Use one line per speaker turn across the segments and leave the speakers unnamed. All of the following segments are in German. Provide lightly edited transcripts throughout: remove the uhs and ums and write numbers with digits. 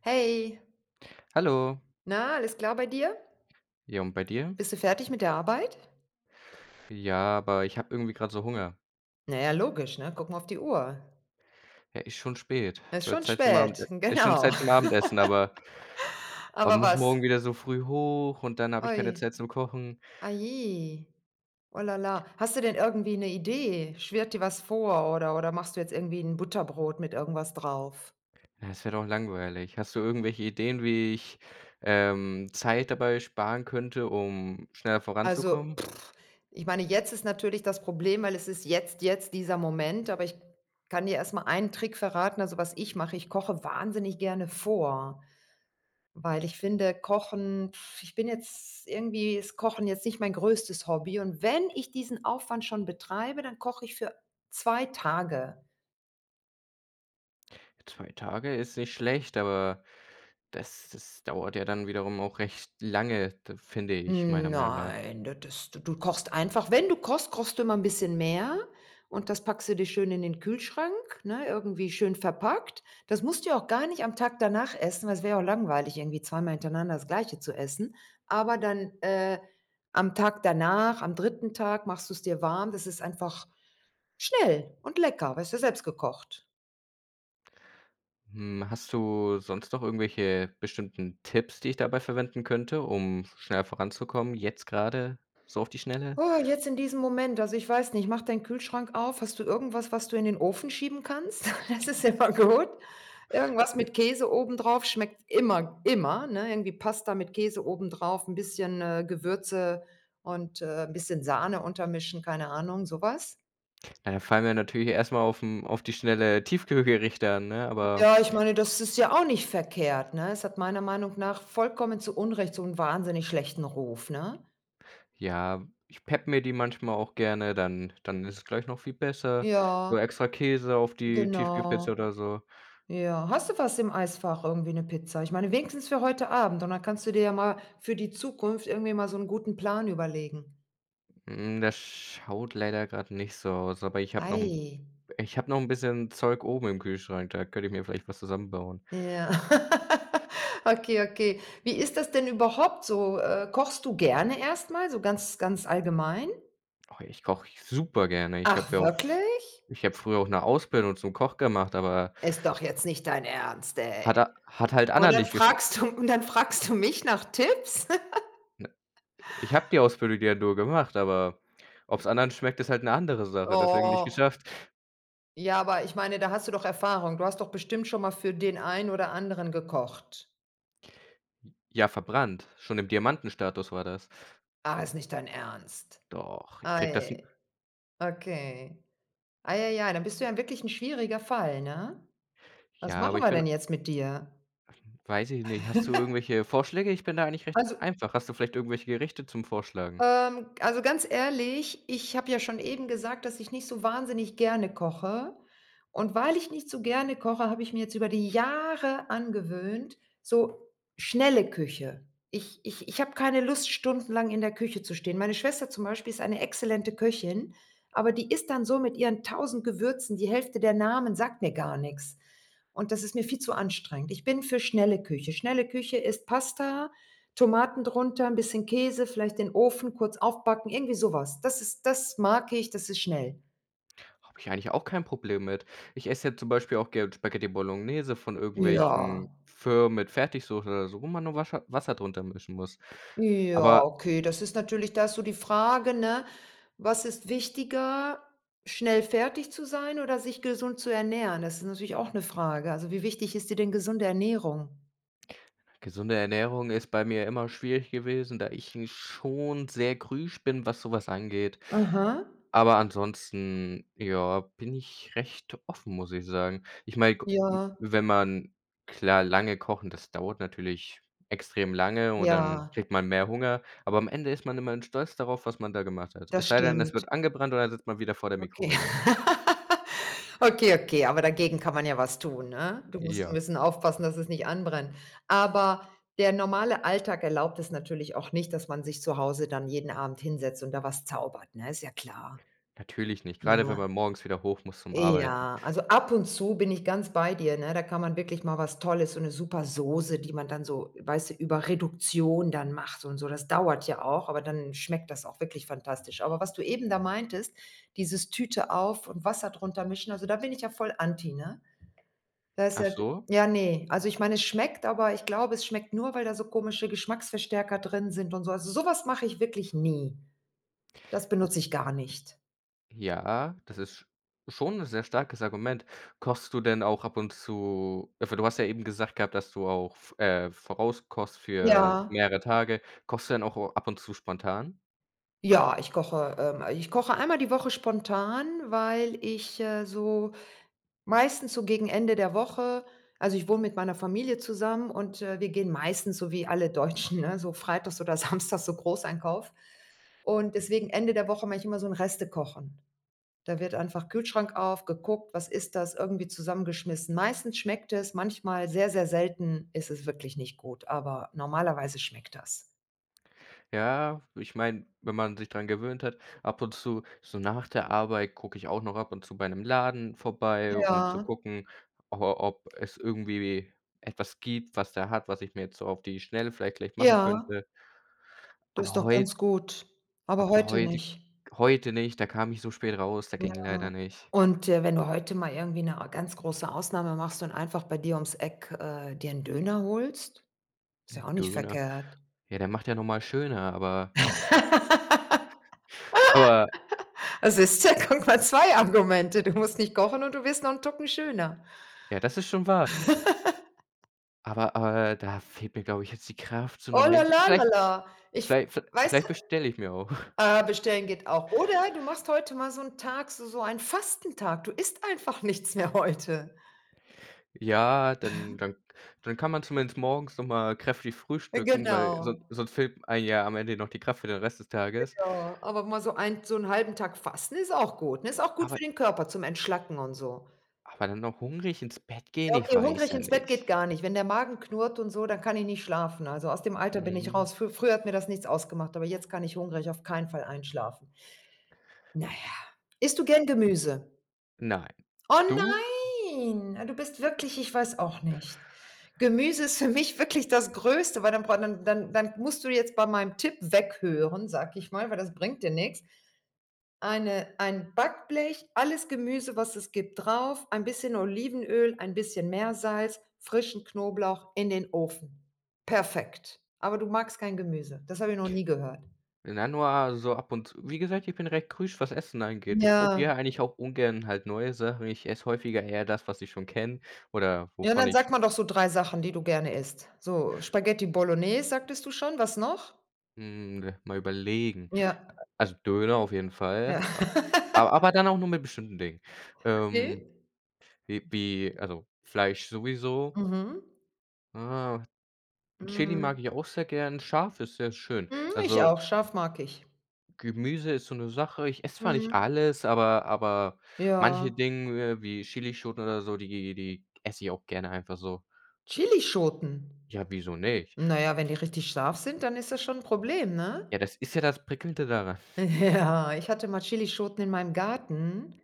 Hey,
Hallo.
na, alles klar bei dir?
Ja, und bei dir?
Bist du fertig mit der Arbeit?
Ja, aber ich habe irgendwie gerade so Hunger.
Na ja, logisch, ne? Guck mal auf die Uhr.
Ja, ist schon spät.
Es ist
Wird
schon
Zeit zum Abend,
spät,
ist schon
genau.
Zeit zum Abendessen, aber
Aber
muss
was?
morgen wieder so früh hoch und dann habe ich keine
Oi,
Zeit zum Kochen.
ai je, oh la la. Hast du denn irgendwie eine Idee? Schwirrt dir was vor, oder machst du jetzt irgendwie ein Butterbrot mit irgendwas drauf?
Ja, das wäre doch langweilig. Hast du irgendwelche Ideen, wie ich, Zeit dabei sparen könnte, um schneller
Also,
voranzukommen?
pff, ich meine, jetzt ist natürlich das Problem, weil es ist jetzt dieser Moment, aber ich kann dir erst mal einen Trick verraten. Also, was ich mache, ich koche wahnsinnig gerne vor. Weil ich finde, Kochen ich bin jetzt irgendwie ist Kochen jetzt nicht mein größtes Hobby, und wenn ich diesen Aufwand schon betreibe, dann koche ich für 2 Tage.
2 Tage ist nicht schlecht, aber das dauert ja dann wiederum auch recht lange, d finde ich, meiner Meinung nach.
Nein, das das du du kochst einfach, wenn du kochst, kochst du immer ein bisschen mehr und das packst du dir schön in den Kühlschrank, ne, irgendwie schön verpackt. Das musst du ja auch gar nicht am Tag danach essen, weil es wäre ja auch langweilig, irgendwie zweimal hintereinander das Gleiche zu essen. Aber dann, am Tag danach, am dritten Tag, machst du es dir warm. Das ist einfach schnell und lecker, weißt du, selbst gekocht.
Hm, hast du sonst noch irgendwelche bestimmten Tipps, die ich dabei verwenden könnte, um schnell voranzukommen, jetzt gerade so auf die Schnelle?
Oh, jetzt in diesem Moment, also ich weiß nicht, mach deinen Kühlschrank auf. Hast du irgendwas, was du in den Ofen schieben kannst? Das ist immer gut. Irgendwas mit Käse obendrauf schmeckt immer, immer, ne? Irgendwie Pasta mit Käse obendrauf, ein bisschen, Gewürze und, 'n bisschen Sahne untermischen, keine Ahnung, sowas.
Na, da fallen mir natürlich erst mal auf die Schnelle Tiefkühlgerichte ein, ne, aber
Ja, ich meine, das ist ja auch nicht verkehrt, ne? Es hat meiner Meinung nach vollkommen zu Unrecht so einen wahnsinnig schlechten Ruf, ne?
ja, ich peppe mir die manchmal auch gerne, dann ist es gleich noch viel besser. So
Ja,
extra Käse auf die Tiefkühlpizza
genau.
oder so.
Ja, hast du was im Eisfach, irgendwie eine Pizza? Ich meine, wenigstens für heute Abend, und dann kannst du dir ja mal für die Zukunft irgendwie mal so einen guten Plan überlegen.
Hm, das schaut leider gerade nicht so aus, aber
Ei,
ich habe noch ein bisschen Zeug oben im Kühlschrank, da könnte ich mir vielleicht was zusammenbauen.
ja. Okay, okay. Wie ist das denn überhaupt so? Kochst du gerne erstmal so ganz ganz allgemein?
Oh, ich koche super gerne.
Ach, wirklich?
Ich habe früher auch 'ne Ausbildung zum Koch gemacht, aber
Ist doch jetzt nicht dein Ernst, ey.
hat a hat halt
Und
anderen
dann
nicht gesch
fragst du und dann fragst du mich nach Tipps?
ne, ich habe die Ausbildung ja nur gemacht, aber ob's anderen schmeckt, ist halt 'ne andere Sache, deswegen nicht
Oh,
geschafft.
ja, aber ich meine, da hast du doch Erfahrung. Du hast doch bestimmt schon mal für den einen oder anderen gekocht.
Ja, verbrannt. Schon im Diamantenstatus war das.
Ah, ist nicht dein Ernst.
Doch, ich kriege das hin.
Ei, okay. Ei, ei, ei, dann bist du ja wirklich 'n schwieriger Fall, ne? Was
Ja, aber
machen
ich
wir
bin
denn jetzt mit dir?
weiß ich nicht, hast du irgendwelche Vorschläge? Ich bin da eigentlich recht
Also
einfach. Hast du vielleicht irgendwelche Gerichte zum Vorschlagen?
also, ganz ehrlich, ich habe ja schon eben gesagt, dass ich nicht so wahnsinnig gerne koche. Und weil ich nicht so gerne koche, habe ich mir jetzt über die Jahre angewöhnt, so schnelle Küche. Ich habe keine Lust, stundenlang in der Küche zu stehen. Meine Schwester zum Beispiel ist eine exzellente Köchin, aber die ist dann so mit ihren 1000 Gewürzen, die Hälfte der Namen sagt mir gar nichts. Und das ist mir viel zu anstrengend. Ich bin für schnelle Küche. Schnelle Küche ist Pasta, Tomaten drunter, ein bisschen Käse, vielleicht den Ofen, kurz aufbacken, irgendwie sowas. Das ist, das mag ich, das ist schnell.
Habe ich eigentlich auch kein Problem mit. Ich esse ja zum Beispiel auch gerne Spaghetti Bolognese von
Ja.
irgendwelchen Firmen mit Fertigsoße oder so, wo man nur Wascher Wasser drunter mischen muss.
Ja,
Aber
okay, das ist natürlich da ist so die Frage, ne, was ist wichtiger, schnell fertig zu sein oder sich gesund zu ernähren? Das ist natürlich auch 'ne Frage. Also, wie wichtig ist dir denn gesunde Ernährung?
gesunde Ernährung ist bei mir immer schwierig gewesen, da ich 'n schon sehr grouge bin, was sowas angeht.
Aha.
Aber ansonsten, ja, bin ich recht offen, muss ich sagen. Ich meine, gu w
Ja,
wenn man klar, lange kochen, das dauert natürlich extrem lange und dann
ja,
kriegt man mehr Hunger, aber am Ende ist man immer stolz darauf, was man da gemacht hat. Es
das
sei denn, es
stimmt.
wird angebrannt und dann sitzt man wieder vor der
Okay.
Mikrowelle.
Okay, okay, aber dagegen kann man ja was tun, ne? Du musst 'n
Ja,
bisschen aufpassen, dass es nicht anbrennt. Aber der normale Alltag erlaubt es natürlich auch nicht, dass man sich zu Hause dann jeden Abend hinsetzt und da was zaubert, ne? Ist ja klar,
natürlich nicht, gerade
ne?
wenn man morgens wieder hoch muss zum Arbeiten.
Ja, also ab und zu bin ich ganz bei dir, ne? Da kann man wirklich mal was Tolles, so 'ne super Soße, die man dann so, weißt du, über Reduktion dann macht und so. Das dauert ja auch, aber dann schmeckt das auch wirklich fantastisch. Aber was du eben da meintest, dieses Tüte auf und Wasser drunter mischen, also da bin ich ja voll anti, ne? Da ist
Ach
halt,
so?
ja, ne. Also, ich meine, es schmeckt, aber ich glaube, es schmeckt nur, weil da so komische Geschmacksverstärker drin sind und so. Also, so was mache ich wirklich nie. Das benutze ich gar nicht.
Ja, das ist schon ein sehr starkes Argument. Kochst du denn auch ab und zu also, du hast ja eben gesagt gehabt, dass du auch v vorauskochst für
Ja,
mehrere Tage. Kochst du denn auch ab und zu spontan?
ja, ich koche einmal die Woche spontan, weil ich, so meistens so gegen Ende der Woche, also, ich wohne mit meiner Familie zusammen und, wir gehen meistens so wie alle Deutschen, ne, so freitags oder samstags so Großeinkauf. Und deswegen Ende der Woche mache ich immer so 'n Restekochen. Da wird einfach Kühlschrank auf, geguckt, was ist das, irgendwie zusammengeschmissen. Meistens schmeckt es, manchmal sehr, sehr selten ist es wirklich nicht gut, aber normalerweise schmeckt das.
Ja, ich meine, wenn man sich dran gewöhnt hat, ab und zu so nach der Arbeit gucke ich auch noch ab und zu bei einem Laden vorbei, um zu
Ja,
gucken, o ob es irgendwie etwas gibt, was der hat, was ich mir jetzt so auf die Schnelle vielleicht gleich machen
ja,
könnte.
das
Aber
ist doch ganz
heute
gut, aber
Ab
heute
heute
nicht.
Heute nicht, da kam ich so spät raus, da ging leider
Ja.
nicht.
Und, wenn du heute mal irgendwie 'ne ganz große Ausnahme machst und einfach bei dir ums Eck, dir 'n Döner holst, ist ja auch nicht
Döner.
verkehrt.
Ja, der macht ja noch mal schöner, aber aber
Ah, siehst du, guck mal, 2 Argumente. Du musst nicht kochen und du wirst noch 'n Tucken schöner.
ja, das ist schon wahr. Aber da fehlt mir, glaube ich, jetzt die Kraft, so noch
Oh
mal
la
hinzu
la la
vielleicht
la. Ich,
vielleicht v
weißt
vielleicht bestelle ich mir auch.
du, bestellen geht auch. Oder du machst heute mal so 'n Tag, so so einen Fastentag. Du isst einfach nichts mehr heute.
Ja, dann kann man zumindest morgens noch mal kräftig frühstücken, weil
Genau,
sonst fehlt einem ja am Ende noch die Kraft für den Rest des Tages.
ja. Aber mal so ein, so 'n halben Tag fasten ist auch gut, ne? Ist auch gut
Aber
für den Körper zum Entschlacken und so.
aber dann noch hungrig ins Bett gehen,
Ja,
ich
okay,
weiß
hungrig
ja
ins Bett geht
nicht.
gar nicht. Wenn der Magen knurrt und so, dann kann ich nicht schlafen. Also, aus dem Alter bin ich
Mhm.
raus. Früher hat mir das nichts ausgemacht, aber jetzt kann ich hungrig auf keinen Fall einschlafen. Na ja. Isst du gern Gemüse?
Nein.
Oh
Du?
nein, du bist wirklich, ich weiß auch nicht. Gemüse ist für mich wirklich das Größte, weil dann bra dann dann dann musst du jetzt bei meinem Tipp weghören, sag ich mal, weil das bringt dir nichts. Ein Backblech, alles Gemüse, was es gibt, drauf, ein bisschen Olivenöl, ein bisschen Meersalz, frischen Knoblauch in den Ofen. Perfekt. Aber du magst kein Gemüse. Das habe ich noch nie gehört.
Na, nur so ab und zu. Wie gesagt, ich bin recht krüsch, was Essen angeht. Ich
Ja.
probiere eigentlich auch ungern halt neue Sachen. Ich esse häufiger eher das, was ich schon kenne oder
Ja,
wovon
dann
ich
sag mal doch so 3 Sachen, die du gerne isst. So Spaghetti Bolognese sagtest du schon, was noch?
hm, mal überlegen.
Ja,
Also Döner auf jeden Fall,
ja.
a aber dann auch nur mit bestimmten Dingen. Ähm,
Okay.
wie wie Also Fleisch sowieso.
Mhm.
Ah, Chili
Mhm.
mag ich auch sehr gern. Scharf ist sehr schön.
Hm, ich auch, scharf mag ich.
Gemüse ist so 'ne Sache, ich esse zwar nicht
Mhm.
alles, aber manche
Ja,
Dinge wie Chilischoten oder so, die esse ich auch gerne einfach so.
Chilischoten.
Ja, wieso nicht?
Na ja, wenn die richtig scharf sind, dann ist das schon ein Problem, ne?
Ja, das ist ja das Prickelnde daran,
Ja, ich hatte mal Chilischoten in meinem Garten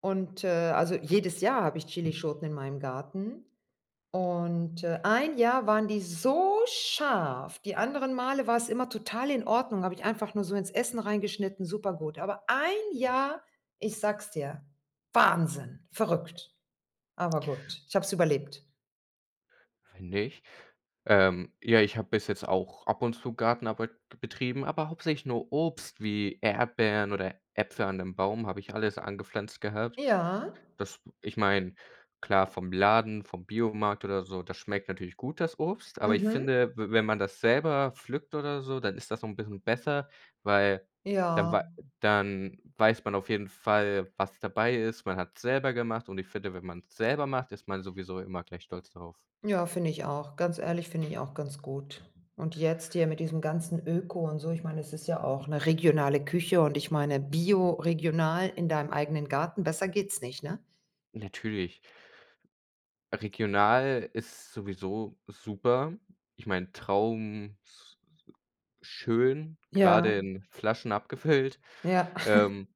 und, also, jedes Jahr habe ich Chilischoten in meinem Garten. Und, ein Jahr waren die so scharf. Die anderen Male war es immer total in Ordnung, habe ich einfach nur so ins Essen reingeschnitten. Super gut. Aber ein Jahr, ich sag's dir, Wahnsinn, verrückt. Aber gut, ich habe es überlebt.
finde ich. Ja, ich habe bis jetzt auch ab und zu Gartenarbeit betrieben, aber hauptsächlich nur Obst wie Erdbeeren oder Äpfel an 'nem Baum habe ich alles angepflanzt gehabt.
Ja,
Das Ich meine, klar, vom Laden, vom Biomarkt oder so, das schmeckt natürlich gut, das Obst, aber ich
mhm,
finde, w wenn man das selber pflückt oder so, dann ist das noch ein bisschen besser, weil dann
ja,
wei dann weiß man auf jeden Fall, was dabei ist. Man hat's selber gemacht und ich finde, wenn man's selber macht, ist man sowieso immer gleich stolz darauf.
ja, finde ich auch. Ganz ehrlich, finde ich auch ganz gut. Und jetzt hier mit diesem ganzen Öko und so, ich meine, es ist ja auch eine regionale Küche, und ich meine, Bio, regional in deinem eigenen Garten, besser geht's nicht, ne?
Natürlich, regional ist sowieso super. Ich meine, Traum s schön,
Ja,
gerade in Flaschen abgefüllt.
ja.
Ähm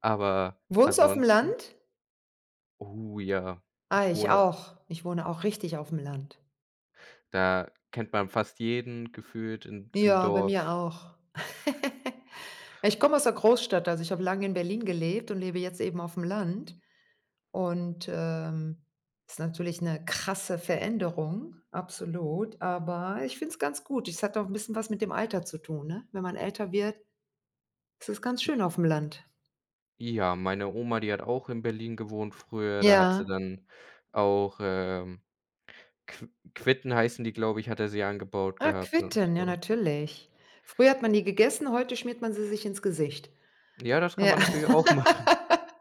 Aber
Wohnst du auf dem
ansonsten
Land?
Oh ja,
Ah,
ich
ich
wohne
auch. Ich wohne auch richtig auf dem Land.
da kennt man fast jeden gefühlt in im
Ja, bei
Dorf.
mir auch. Ich komme aus der Großstadt, also ich habe lange in Berlin gelebt und lebe jetzt eben auf dem Land und, ist natürlich eine krasse Veränderung, absolut, aber ich finde es ganz gut. Es hat auch ein bisschen was mit dem Alter zu tun, ne? Wenn man älter wird, ist es ganz schön auf dem Land.
Ja, meine Oma, die hat auch in Berlin gewohnt früher, da hat sie
Ja.
dann auch, Qu Quitten heißen die, glaube ich, hat er sie angebaut
Ah,
gehabt und
Quitten, ja
so.
natürlich. Früher hat man die gegessen, heute schmiert man sie sich ins Gesicht.
Ja, das kann
Ja.
man natürlich auch machen,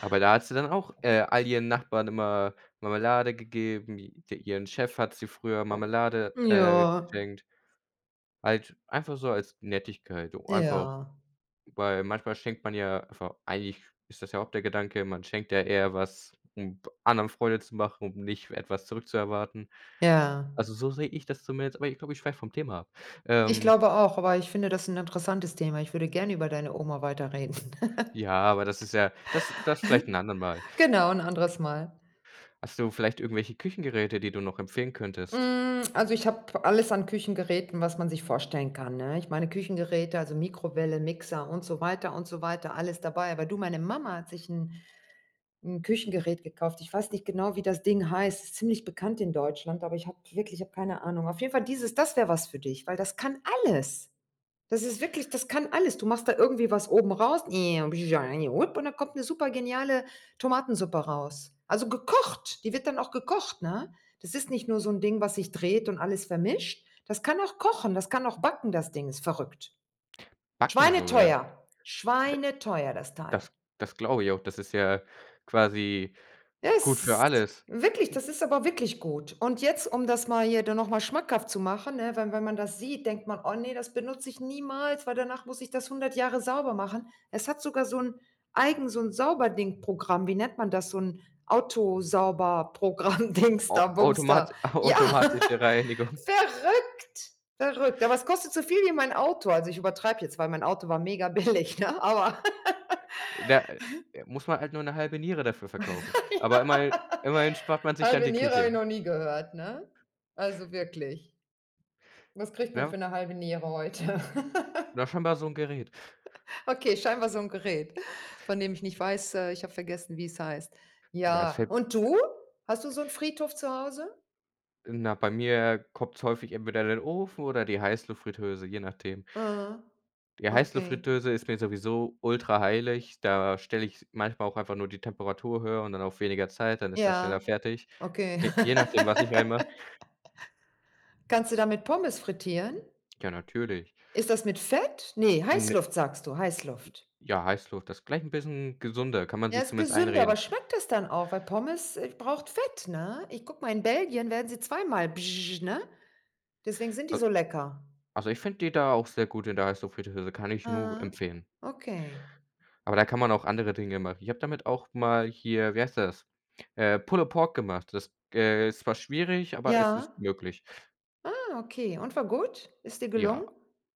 aber da hat sie dann auch, all ihren Nachbarn immer Marmelade gegeben. I de Ihren Chef hat sie früher Marmelade,
Ja,
geschenkt. Halt einfach so als Nettigkeit, einfach.
ja,
Weil manchmal schenkt man ja einfach eigentlich ist das ja auch der Gedanke, man schenkt ja eher was, um anderen Freude zu machen, um nicht etwas zurückzuerwarten.
ja.
Also, so sehe ich das zumindest, aber ich glaube, ich schweife vom Thema ab.
Ich
Ähm,
glaube auch, aber ich finde das 'n interessantes Thema. Ich würde gerne über deine Oma weiterreden.
ja, aber das ist ja das das vielleicht ein andern Mal.
Genau, 'n anderes Mal.
Hast du vielleicht irgendwelche Küchengeräte, die du noch empfehlen könntest?
Hm, also, ich habe alles an Küchengeräten, was man sich vorstellen kann, ne? Ich meine Küchengeräte, also, Mikrowelle, Mixer und so weiter, alles dabei. Aber du, meine Mama hat sich 'n Küchengerät gekauft. Ich weiß nicht genau, wie das Ding heißt. Ist ziemlich bekannt in Deutschland, aber ich habe wirklich, ich habe keine Ahnung. Auf jeden Fall dieses, das wäre was für dich, weil das kann alles. Das ist wirklich, das kann alles. Du machst da irgendwie was oben raus und dann kommt eine super geniale Tomatensuppe raus. Also gekocht, die wird dann auch gekocht, ne? Das ist nicht nur so ein Ding, was sich dreht und alles vermischt. Das kann auch kochen, das kann auch backen, das Ding, ist verrückt.
Backen sogar.
Schweineteuer,
D
schweineteuer das Teil.
das Das glaube ich auch. Das ist ja quasi gut für
Es
alles.
wirklich, das ist aber wirklich gut. Und jetzt, um das mal hier dann noch mal schmackhaft zu machen, ne, wenn man das sieht, denkt man: „Oh nee, das benutze ich niemals, weil danach muss ich das 100 Jahre sauber machen.“ Es hat sogar so ein eigen so ein Sauberding-Programm. Wie nennt man das? So ein Autosauberprogramm, Dings
Au
da, Bums
automat
da. Ja,
Automatische Reinigung.
verrückt, verrückt. Aber es kostet so viel wie mein Auto. Also, ich übertreibe jetzt, weil mein Auto war mega billig, ne? Aber
Da, muss man halt nur 'ne halbe Niere dafür verkaufen. Aber
ja,
immerhin spart man sich dann
halbe
die
Niere habe ich
Küche,
noch nie gehört, ne? Also, wirklich. Was kriegt man
ne?
für 'ne halbe Niere heute?
Na, scheinbar so 'n Gerät.
Okay, scheinbar so 'n Gerät, von dem ich nicht weiß, ich habe vergessen, wie es heißt.
Das
Ja,
fällt
und du? Hast du so 'n Friedhof zu Hause?
Na, bei mir kommt's häufig entweder der Ofen oder die Heißluftfritteuse, je nachdem.
Ah,
Die
okay.
Heißluftfritteuse ist mir sowieso ultra heilig. Da stelle ich manchmal auch einfach nur die Temperatur höher und dann auf weniger Zeit, dann ist das
Ja,
schneller fertig.
okay.
Je nachdem, was ich reinmache.
Kannst du damit Pommes frittieren?
Ja, natürlich.
Ist das mit Fett? Ne,
Ne
Heißluft sagst du, Heißluft.
ja, Heißluft, das gleich 'n bisschen gesünder, kann man
Ja,
sich
ist
zumindest
gesünder,
einreden.
aber schmeckt das dann auch? Weil Pommes, braucht Fett, ne? Ich gucke mal, in Belgien werden sie zweimal, ne? Deswegen sind die
Äh
so lecker.
Also, ich finde die da auch sehr gut in der Eisluftfritteuse, kann ich nur
Ah,
empfehlen.
okay.
Aber da kann man auch andere Dinge machen. Ich habe damit auch mal hier wie heißt das? Pulled Pork gemacht. Das, ist zwar schwierig, aber es ist
Ja.
möglich.
Ah, okay. Und war gut? Ist dir
Ja,
gelungen?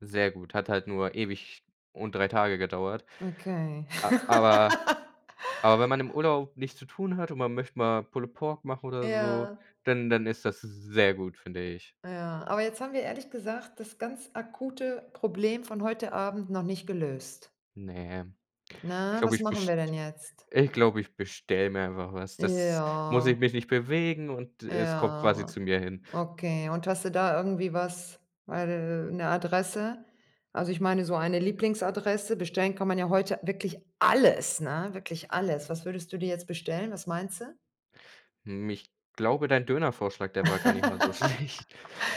sehr gut. Hat halt nur ewig und 3 Tage gedauert.
Okay.
A Aber wenn man im Urlaub nichts zu tun hat und man möchte mal Pulled Pork machen oder so,
Ja,
dann ist das sehr gut, finde ich.
ja. Aber jetzt haben wir ehrlich gesagt das ganz akute Problem von heute Abend noch nicht gelöst.
Ne. Ich
Na,
glaube,
was
ich
machen wir
best
denn jetzt?
Ich glaube, ich bestelle mir einfach was.
Ja,
Das muss ich mich nicht bewegen und es kommt quasi
ja.
zu mir hin.
Okay. Und hast du da irgendwie was, weil eine Adresse? Also, ich meine, so eine Lieblingsadresse, bestellen kann man ja heute wirklich alles, ne? Wirklich alles. Was würdest du dir jetzt bestellen? Was meinst du?
Hm, ich glaube, dein Dönervorschlag, der war gar nicht mal so schlecht.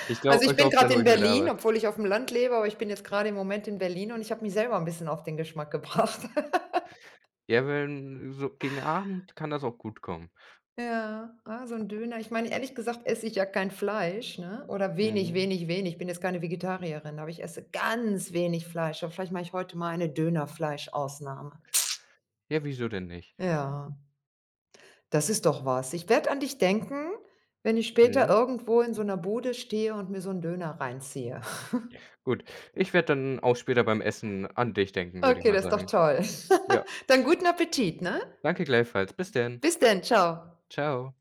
Also, ich
Ich
bin
glaube, dann
gerade
hole
in
ich mir da
Berlin,
was.
obwohl ich auf dem Land lebe, aber ich bin jetzt gerade im Moment in Berlin und ich habe mich selber 'n bisschen auf den Geschmack gebracht.
Ja, wenn so gegen Abend kann das auch gut kommen.
Ja, ah, so 'n Döner. Ich meine, ehrlich gesagt esse ich ja kein Fleisch, ne, oder wenig,
Mhm.
wenig, wenig. Ich bin jetzt keine Vegetarierin, aber ich esse ganz wenig Fleisch, aber vielleicht mache ich heute mal eine Dönerfleischausnahme.
Ja, wieso denn nicht?
Ja, das ist doch was. Ich werde an dich denken, wenn ich später
Mhm.
irgendwo in so 'ner Bude stehe und mir so 'n Döner reinziehe.
Gut. Ich werde dann auch später beim Essen an dich denken, würde ich
Okay,
mal
das ist doch
sagen.
toll.
Ja,
Dann guten Appetit, ne?
danke gleichfalls. Bis denn.
Bis denn, tschau.
Tschau.